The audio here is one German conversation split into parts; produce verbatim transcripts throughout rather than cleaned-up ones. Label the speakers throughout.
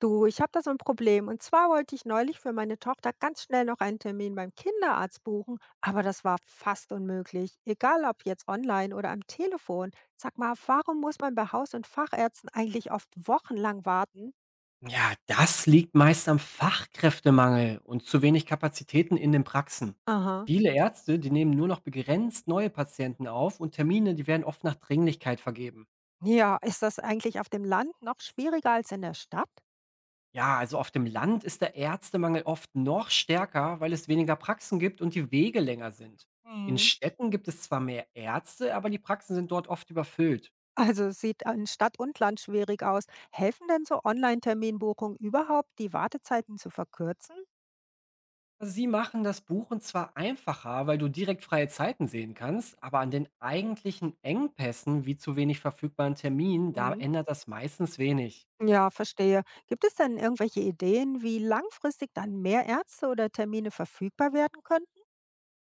Speaker 1: Du, ich habe da so ein Problem. Und zwar wollte ich neulich für meine Tochter ganz schnell noch einen Termin beim Kinderarzt buchen, aber das war fast unmöglich, egal ob jetzt online oder am Telefon. Sag mal, warum muss man bei Haus- und Fachärzten eigentlich oft wochenlang warten?
Speaker 2: Ja, das liegt meist am Fachkräftemangel und zu wenig Kapazitäten in den Praxen.
Speaker 1: Aha.
Speaker 2: Viele Ärzte, die nehmen nur noch begrenzt neue Patienten auf und Termine, die werden oft nach Dringlichkeit vergeben.
Speaker 1: Ja, ist das eigentlich auf dem Land noch schwieriger als in der Stadt?
Speaker 2: Ja, also auf dem Land ist der Ärztemangel oft noch stärker, weil es weniger Praxen gibt und die Wege länger sind. In
Speaker 1: Mhm.
Speaker 2: Städten gibt es zwar mehr Ärzte, aber die Praxen sind dort oft überfüllt.
Speaker 1: Also es sieht in Stadt und Land schwierig aus. Helfen denn so Online-Terminbuchungen überhaupt, die Wartezeiten zu verkürzen?
Speaker 2: Also, Sie machen das Buchen zwar einfacher, weil du direkt freie Zeiten sehen kannst, aber an den eigentlichen Engpässen wie zu wenig verfügbaren Terminen, da ändert das meistens wenig.
Speaker 1: Ja, verstehe. Gibt es denn irgendwelche Ideen, wie langfristig dann mehr Ärzte oder Termine verfügbar werden könnten?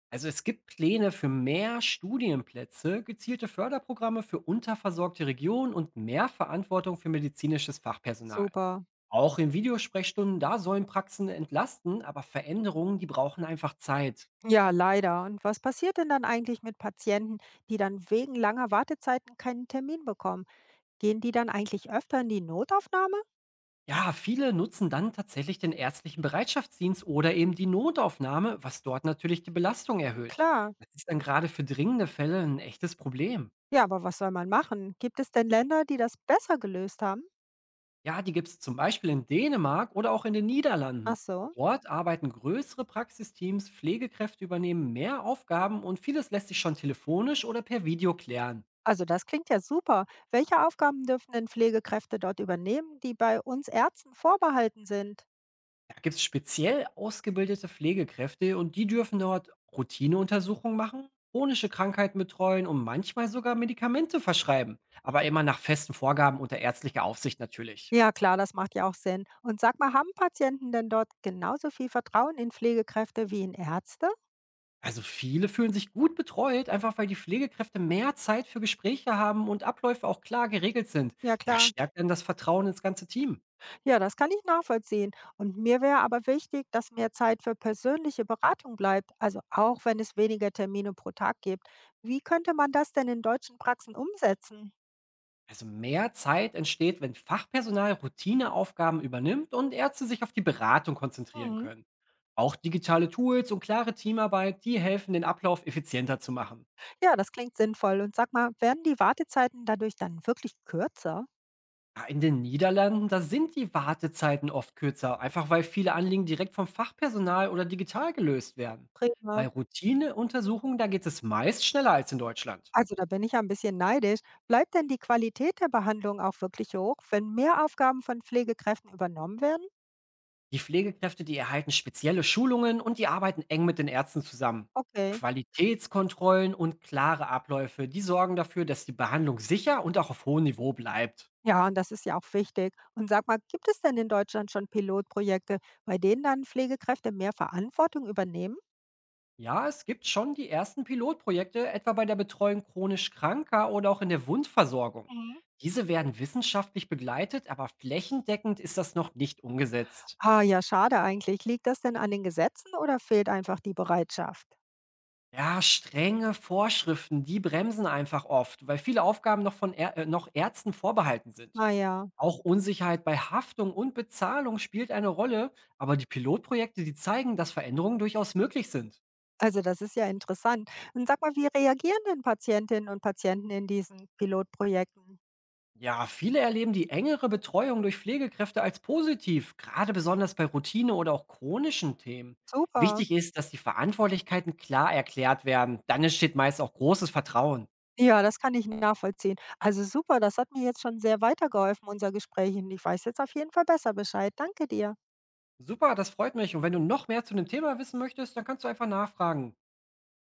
Speaker 2: Also es gibt Pläne für mehr Studienplätze, gezielte Förderprogramme für unterversorgte Regionen und mehr Verantwortung für medizinisches Fachpersonal.
Speaker 1: Super.
Speaker 2: Auch in Videosprechstunden, da sollen Praxen entlasten, aber Veränderungen, die brauchen einfach Zeit.
Speaker 1: Ja, leider. Und was passiert denn dann eigentlich mit Patienten, die dann wegen langer Wartezeiten keinen Termin bekommen? Gehen die dann eigentlich öfter in die Notaufnahme?
Speaker 2: Ja, viele nutzen dann tatsächlich den ärztlichen Bereitschaftsdienst oder eben die Notaufnahme, was dort natürlich die Belastung erhöht.
Speaker 1: Klar.
Speaker 2: Das ist dann gerade für dringende Fälle ein echtes Problem.
Speaker 1: Ja, aber was soll man machen? Gibt es denn Länder, die das besser gelöst haben?
Speaker 2: Ja, die gibt es zum Beispiel in Dänemark oder auch in den
Speaker 1: Ach
Speaker 2: Niederlanden.
Speaker 1: so.
Speaker 2: Dort arbeiten größere Praxisteams, Pflegekräfte übernehmen mehr Aufgaben und vieles lässt sich schon telefonisch oder per Video klären.
Speaker 1: Also das klingt ja super. Welche Aufgaben dürfen denn Pflegekräfte dort übernehmen, die bei uns Ärzten vorbehalten sind?
Speaker 2: Da gibt es speziell ausgebildete Pflegekräfte und die dürfen dort Routineuntersuchungen machen, chronische Krankheiten betreuen und manchmal sogar Medikamente verschreiben, aber immer nach festen Vorgaben unter ärztlicher Aufsicht natürlich.
Speaker 1: Ja, klar, das macht ja auch Sinn. Und sag mal, haben Patienten denn dort genauso viel Vertrauen in Pflegekräfte wie in Ärzte?
Speaker 2: Also viele fühlen sich gut betreut, einfach weil die Pflegekräfte mehr Zeit für Gespräche haben und Abläufe auch klar geregelt sind.
Speaker 1: Ja,
Speaker 2: Das
Speaker 1: klar.
Speaker 2: stärkt dann das Vertrauen ins ganze Team.
Speaker 1: Ja, das kann ich nachvollziehen. Und mir wäre aber wichtig, dass mehr Zeit für persönliche Beratung bleibt, also auch wenn es weniger Termine pro Tag gibt. Wie könnte man das denn in deutschen Praxen umsetzen?
Speaker 2: Also mehr Zeit entsteht, wenn Fachpersonal Routineaufgaben übernimmt und Ärzte sich auf die Beratung konzentrieren
Speaker 1: Mhm.
Speaker 2: können. Auch digitale Tools und klare Teamarbeit, die helfen, den Ablauf effizienter zu machen.
Speaker 1: Ja, das klingt sinnvoll. Und sag mal, werden die Wartezeiten dadurch dann wirklich kürzer?
Speaker 2: Ja, in den Niederlanden, da sind die Wartezeiten oft kürzer, einfach weil viele Anliegen direkt vom Fachpersonal oder digital gelöst werden.
Speaker 1: Prima.
Speaker 2: Bei Routineuntersuchungen, da geht es meist schneller als in Deutschland.
Speaker 1: Also da bin ich ja ein bisschen neidisch. Bleibt denn die Qualität der Behandlung auch wirklich hoch, wenn mehr Aufgaben von Pflegekräften übernommen werden?
Speaker 2: Die Pflegekräfte, die erhalten spezielle Schulungen und die arbeiten eng mit den Ärzten zusammen.
Speaker 1: Okay.
Speaker 2: Qualitätskontrollen und klare Abläufe, die sorgen dafür, dass die Behandlung sicher und auch auf hohem Niveau bleibt.
Speaker 1: Ja, und das ist ja auch wichtig. Und sag mal, gibt es denn in Deutschland schon Pilotprojekte, bei denen dann Pflegekräfte mehr Verantwortung übernehmen?
Speaker 2: Ja, es gibt schon die ersten Pilotprojekte, etwa bei der Betreuung chronisch Kranker oder auch in der Wundversorgung.
Speaker 1: Mhm.
Speaker 2: Diese werden wissenschaftlich begleitet, aber flächendeckend ist das noch nicht umgesetzt.
Speaker 1: Ah ja, schade eigentlich. Liegt das denn an den Gesetzen oder fehlt einfach die Bereitschaft?
Speaker 2: Ja, strenge Vorschriften, die bremsen einfach oft, weil viele Aufgaben noch von Ä äh, noch Ärzten vorbehalten sind.
Speaker 1: Ah ja,
Speaker 2: Auch Unsicherheit bei Haftung und Bezahlung spielt eine Rolle, aber die Pilotprojekte, die zeigen, dass Veränderungen durchaus möglich sind.
Speaker 1: also das ist ja interessant. Und sag mal, wie reagieren denn Patientinnen und Patienten in diesen Pilotprojekten?
Speaker 2: Ja, viele erleben die engere Betreuung durch Pflegekräfte als positiv, gerade besonders bei Routine oder auch chronischen Themen.
Speaker 1: Super.
Speaker 2: Wichtig ist, dass die Verantwortlichkeiten klar erklärt werden, dann entsteht meist auch großes Vertrauen.
Speaker 1: Ja, das kann ich nachvollziehen. Also super, das hat mir jetzt schon sehr weitergeholfen, unser Gespräch. Und ich weiß jetzt auf jeden Fall besser Bescheid. Danke dir.
Speaker 2: Super, das freut mich und wenn du noch mehr zu dem Thema wissen möchtest, dann kannst du einfach nachfragen.